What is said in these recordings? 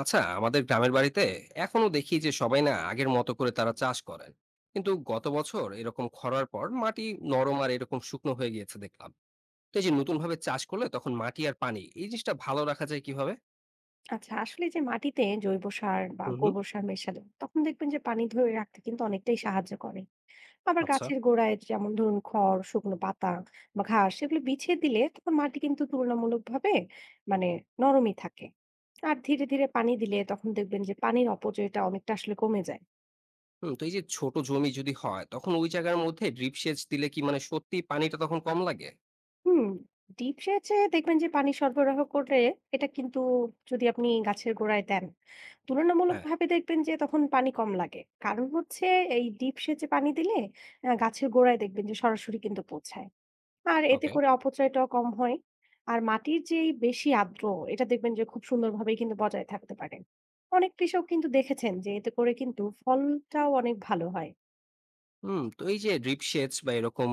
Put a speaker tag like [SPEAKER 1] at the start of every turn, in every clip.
[SPEAKER 1] আচ্ছা, আমাদের গ্রামের বাড়িতে এখনো দেখি যে সবাই না আগের মতো করে তারা চাষ করেন। কিন্তু গত বছর এরকম খরার পর মাটি নরম আর এরকম শুকনো হয়ে গিয়েছে দেখলাম। তো এই যে নতুন ভাবে চাষ করলে তখন মাটি আর পানি এই জিনিসটা ভালো রাখা যায় কিভাবে?
[SPEAKER 2] আচ্ছা আসলে যে মাটিতে জৈব সার বা
[SPEAKER 1] হুম, হুম।
[SPEAKER 2] গোবর সার মেশালে তখন দেখবেন যে পানি ধরে রাখতে কিন্তু অনেকটাই সাহায্য করে। আবার
[SPEAKER 1] আচ্ছা।
[SPEAKER 2] গাছের গোড়ায় যেমন ধরুন খড়, শুকনো পাতা বা ঘাস সেগুলো বিছিয়ে দিলে তখন মাটি কিন্তু তুলনামূলকভাবে মানে নরমই থাকে। আর ধীরে ধীরে পানি দিলে তখন দেখবেন যে পানির অপচয়টা অনেকটা আসলে কমে যায়।
[SPEAKER 1] হুম, তো এই যে ছোট জমি যদি হয় তখন ওই জায়গার মধ্যে ড্রিপ সেচ দিলে কি মানে সত্যি পানিটা তখন কম লাগে?
[SPEAKER 2] হুম, ডিপ সেচে দেখবেন যে পানি সরবরাহ করে এটা কিন্তু, যদি আপনি গাছের গোড়ায় দেন,
[SPEAKER 1] হ্যাঁ।
[SPEAKER 2] তুলনামূলকভাবে দেখবেন যে তখন পানি কম লাগে। কারণ হচ্ছে এই ডিপ সেচে পানি দিলে গাছের গোড়ায় দেখবেন যে সরাসরি কিন্তু পৌঁছায়। আর এতে
[SPEAKER 1] ওকে।
[SPEAKER 2] করে অপচয়টাও কম হয়। আর মাটির যে এই বেশি আর্দ্র, এটা দেখবেন যে খুব সুন্দরভাবেই কিন্তু বজায় থাকতে পারে। অনেক কৃষক কিন্তু দেখেছেন যে এতে করে কিন্তু ফলটাও অনেক ভালো হয়।
[SPEAKER 1] হুম, তো এই যে ড্রিপ সেচ বা এরকম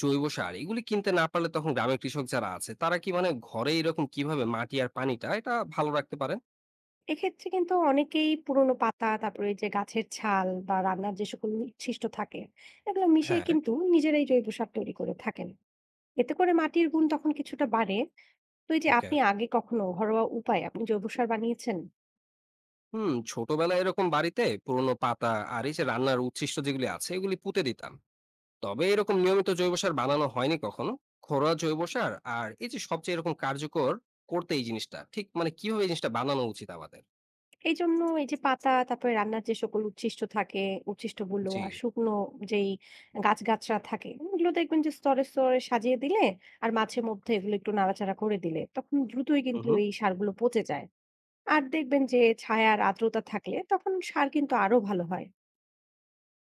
[SPEAKER 1] জৈব সার এগুলি কিনতে না পারলে তখন গ্রামের কৃষক যারা আছে তারা কি মানে ঘরে এরকম কিভাবে মাটি আর পানিটা এটা ভালো রাখতে পারে?
[SPEAKER 2] এক্ষেত্রে কিন্তু অনেকেই পুরোনো পাতা, তারপরে এই যে গাছের ছাল বা রান্নার যে সকল নিঃশিষ্ট থাকে এগুলো মিশিয়ে
[SPEAKER 1] হ্যাঁ,
[SPEAKER 2] কিন্তু নিজেরাই জৈব সার তৈরি করে থাকেন। এতে করে মাটির গুণ তখন কিছুটা বাড়ে। তো এই যে,
[SPEAKER 1] ওকে।
[SPEAKER 2] আপনি আগে কখনো ঘরোয়া উপায়ে আপনি জৈব সার বানিয়েছেন?
[SPEAKER 1] হুম, ছোটবেলায় এরকম বাড়িতে পুরনো পাতা আর এই যে রান্নার উচ্ছিষ্ট যেগুলি আছে এগুলি পুঁতে দিতাম। তবে এরকম নিয়মিত জৈব সার বানানো হয়নি কখনো। ঘরোয়া জৈব সার আর এই যে সবচেয়ে এরকম কার্যকর করতে এই জিনিসটা ঠিক মানে কিভাবে এই জিনিসটা বানানো উচিত আমাদের?
[SPEAKER 2] এই জন্য এই যে পাতা, তারপরে রান্নার যে সকল উচ্ছিষ্ট থাকে, উচ্ছিষ্ট গুলো
[SPEAKER 1] জি।
[SPEAKER 2] আর শুকনো যেই গাছগাছরা থাকে এগুলো দেখবেন যে স্তরে স্তরে সাজিয়ে দিলে আর মাঝে মধ্যে এগুলো একটু নাড়াচাড়া করে দিলে তখন দ্রুতই
[SPEAKER 1] হুম,
[SPEAKER 2] কিন্তু
[SPEAKER 1] হুম।
[SPEAKER 2] এই সারগুলো পচে যায়। আর দেখবেন যে ছায়া আর আর্দ্রতা থাকলে তখন সার কিন্তু আরো ভালো হয়।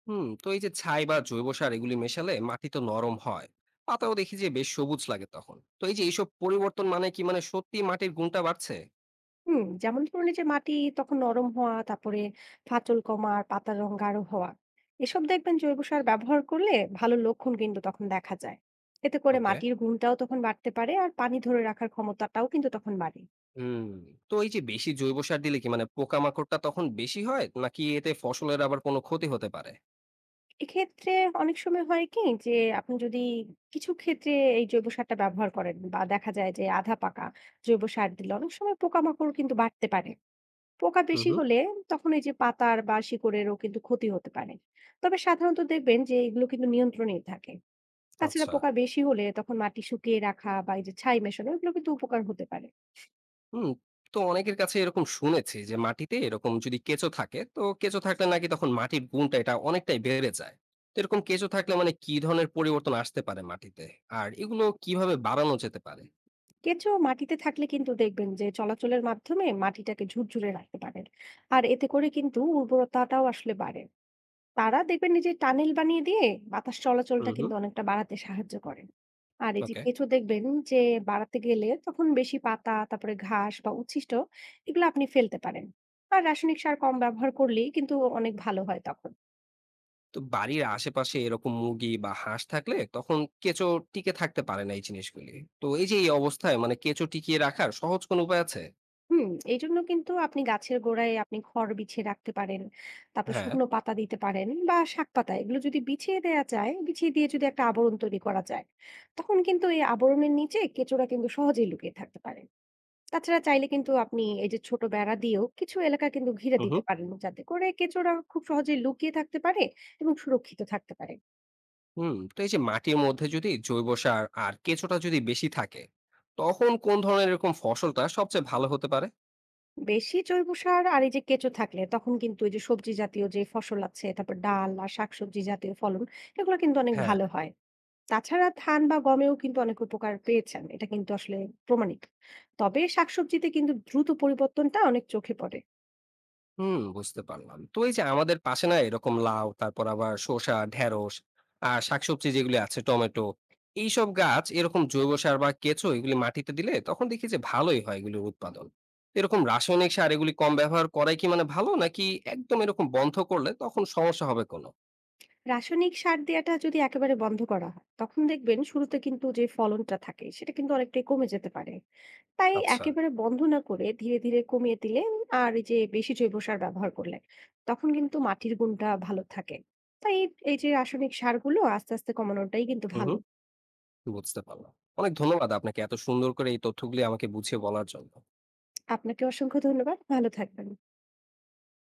[SPEAKER 1] হুম, তো এই যে ছাই বা জৈব সার এগুলি মেশালে মাটি তো নরম হয়। পাতাও দেখি যে বেশ সবুজ লাগে তখন। তো এই যে এইসব পরিবর্তন মানে কি মানে সত্যি মাটির গুণটা বাড়ছে?
[SPEAKER 2] হুম, যেমন ধরুন এই যে মাটি তখন নরম হওয়া, তারপরে ফাটল কমা আর পাতার রং গাঢ় হওয়া, এসব দেখবেন জৈব সার ব্যবহার করলে ভালো লক্ষণ কিন্তু তখন দেখা যায়। এতে করে
[SPEAKER 1] ওকে।
[SPEAKER 2] মাটির গুণটাও তখন বাড়তে পারে আর পানি ধরে রাখার ক্ষমতাটাও কিন্তু তখন বাড়ে।
[SPEAKER 1] হুম। তো এই যে বেশি জৈব সার দিলে কি মানে পোকামাকড়টা তখন বেশি হয়? নাকি এতে ফসলের আবার কোনো ক্ষতি হতে পারে?
[SPEAKER 2] এক্ষেত্রে অনেক সময় হয় কি যে, আপনি যদি কিছু ক্ষেত্রে এই জৈব সারটা ব্যবহার করেন, বা দেখা যায় যে আধা পাকা জৈব সার দিলে অনেক সময় পোকামাকড় কিন্তু বাড়তে পারে। পোকা
[SPEAKER 1] হুম,
[SPEAKER 2] বেশি
[SPEAKER 1] হুম।
[SPEAKER 2] হলে তখন এই যে পাতার বা শিকড়েরও কিন্তু ক্ষতি হতে পারে। তবে সাধারণত দেখবেন যে এগুলো কিন্তু নিয়ন্ত্রণেই থাকে। তাছাড়া
[SPEAKER 1] আচ্ছা।
[SPEAKER 2] পোকা বেশি হলে তখন মাটি শুকিয়ে রাখা বা এই যে ছাই মেশানো, এগুলো কিন্তু উপকার হতে পারে।
[SPEAKER 1] হুম। তো অনেকের কাছে এরকম শুনেছি যে মাটিতে এরকম যদি কেঁচো থাকে, তো কেঁচো থাকলে নাকি তখন মাটির গুণটা এটা অনেকটাই বেড়ে যায়। তো এরকম কেঁচো থাকলে মানে কি ধরনের পরিবর্তন আসতে পারে মাটিতে? আর এগুলো কিভাবে বাড়ানো যেতে পারে?
[SPEAKER 2] কেঁচো মাটিতে থাকলে কিন্তু দেখবেন যে চলাচলের মাধ্যমে মাটিটাকে ঝুরঝুরে রাখতে পারেন। আর এতে করে কিন্তু উর্বরতাটাও আসলে বাড়ে। তারা দেখবেন এই যে টানেল বানিয়ে দিয়ে বাতাস
[SPEAKER 1] হুম,
[SPEAKER 2] চলাচলটা
[SPEAKER 1] হুম।
[SPEAKER 2] কিন্তু অনেকটা বাড়াতে সাহায্য করে। আর এই যে
[SPEAKER 1] ওকে।
[SPEAKER 2] কেঁচো, দেখবেন যে বাড়াতে গেলে তখন বেশি পাতা, তারপরে ঘাস বা উচ্ছিষ্ট, এগুলো আপনি ফেলতে পারেন। আর রাসায়নিক সার কম ব্যবহার করলেই কিন্তু অনেক ভালো হয় তখন।
[SPEAKER 1] তো বাড়ির আশেপাশে এরকম মুরগি বা হাঁস থাকলে তখন কেঁচো টিকে থাকতে পারে না এই জিনিসগুলি। তো এই যে এই অবস্থায় মানে কেঁচো টিকিয়ে রাখার সহজ কোনো উপায় আছে?
[SPEAKER 2] হুম, এইজন্য কিন্তু আপনি গাছের গোড়ায় আপনি খড় বিছিয়ে রাখতে পারেন। তারপর
[SPEAKER 1] হ্যাঁ।
[SPEAKER 2] শুকনো পাতা দিতে পারেন, বা শাক পাতা এগুলো যদি বিছিয়ে দেয়া যায়, বিছিয়ে দিয়ে যদি একটা আবরণ তৈরি করা যায়, তখন কিন্তু এই আবরণের নিচে কেঁচোরা কিন্তু সহজেই লুকিয়ে থাকতে পারে। তাছাড়া চাইলে কিন্তু আপনি এই যে ছোট বেড়া দিয়েও কিছু এলাকা কিন্তু ঘিরে
[SPEAKER 1] হুম,
[SPEAKER 2] দিতে
[SPEAKER 1] হুম।
[SPEAKER 2] পারেন, যাতে করে কেঁচোরা খুব সহজে লুকিয়ে থাকতে পারে এবং সুরক্ষিত থাকতে পারে।
[SPEAKER 1] হুম, তো এই যে মাটির মধ্যে যদি জৈব সার আর কেঁচোটা যদি বেশি থাকে তখন কোন ধরনের এরকম ফসলটা সবচেয়ে ভালো হতে পারে?
[SPEAKER 2] বেশি জৈব সার আর এই যে কেঁচো থাকলে তখন কিন্তু এই যে সবজি জাতীয় যে ফসল আছে, তারপর ডাল আর শাকসবজি জাতীয় ফলন, এগুলো কিন্তু অনেক
[SPEAKER 1] হ্যাঁ।
[SPEAKER 2] ভালো হয়। তাছাড়া ধান বা গমেও কিন্তু অনেক উপকার পেয়েছেন, এটা কিন্তু আসলে প্রমাণিত। তবে শাকসবজিতে কিন্তু দ্রুত পরিবর্তনটা অনেক চোখে পড়ে।
[SPEAKER 1] হুম, বুঝতে পারলাম। তো এই যে আমাদের পাশে না এরকম লাউ, তারপর আবার শসা, ঢেঁড়স আর শাকসবজি যেগুলি আছে টমেটো, এইসব গাছ এরকম জৈব সার বা কেঁচো এগুলি মাটিতে দিলে তখন দেখি যে ভালোই হয় এগুলির উৎপাদন। এরকম রাসায়নিক সার এগুলি কম ব্যবহার করাই কি মানে ভালো নাকি একদম এরকম বন্ধ করলে তখন সমস্যা হবে কোনো?
[SPEAKER 2] রাসায়নিক সার দেওয়াটা যদি একেবারে বন্ধ করা হয় তখন দেখবেন শুরুতে কিন্তু যে ফলনটা থাকে সেটা কিন্তু অনেকটাই কমে যেতে পারে। তাই
[SPEAKER 1] আচ্ছা।
[SPEAKER 2] একেবারে বন্ধ না করে ধীরে ধীরে কমিয়ে দিলে আর এই যে বেশি জৈব সার ব্যবহার করলে তখন কিন্তু মাটির গুণটা ভালো থাকে। তাই এই যে রাসায়নিক সারগুলো আস্তে আস্তে কমানোটাই কিন্তু
[SPEAKER 1] হুম,
[SPEAKER 2] ভালো।
[SPEAKER 1] হুম। বুঝতে পারলাম। অনেক ধন্যবাদ আপনাকে এত সুন্দর করে এই তথ্যগুলি আমাকে বুঝিয়ে বলার জন্য।
[SPEAKER 2] আপনাকে অসংখ্য ধন্যবাদ, ভালো থাকবেন।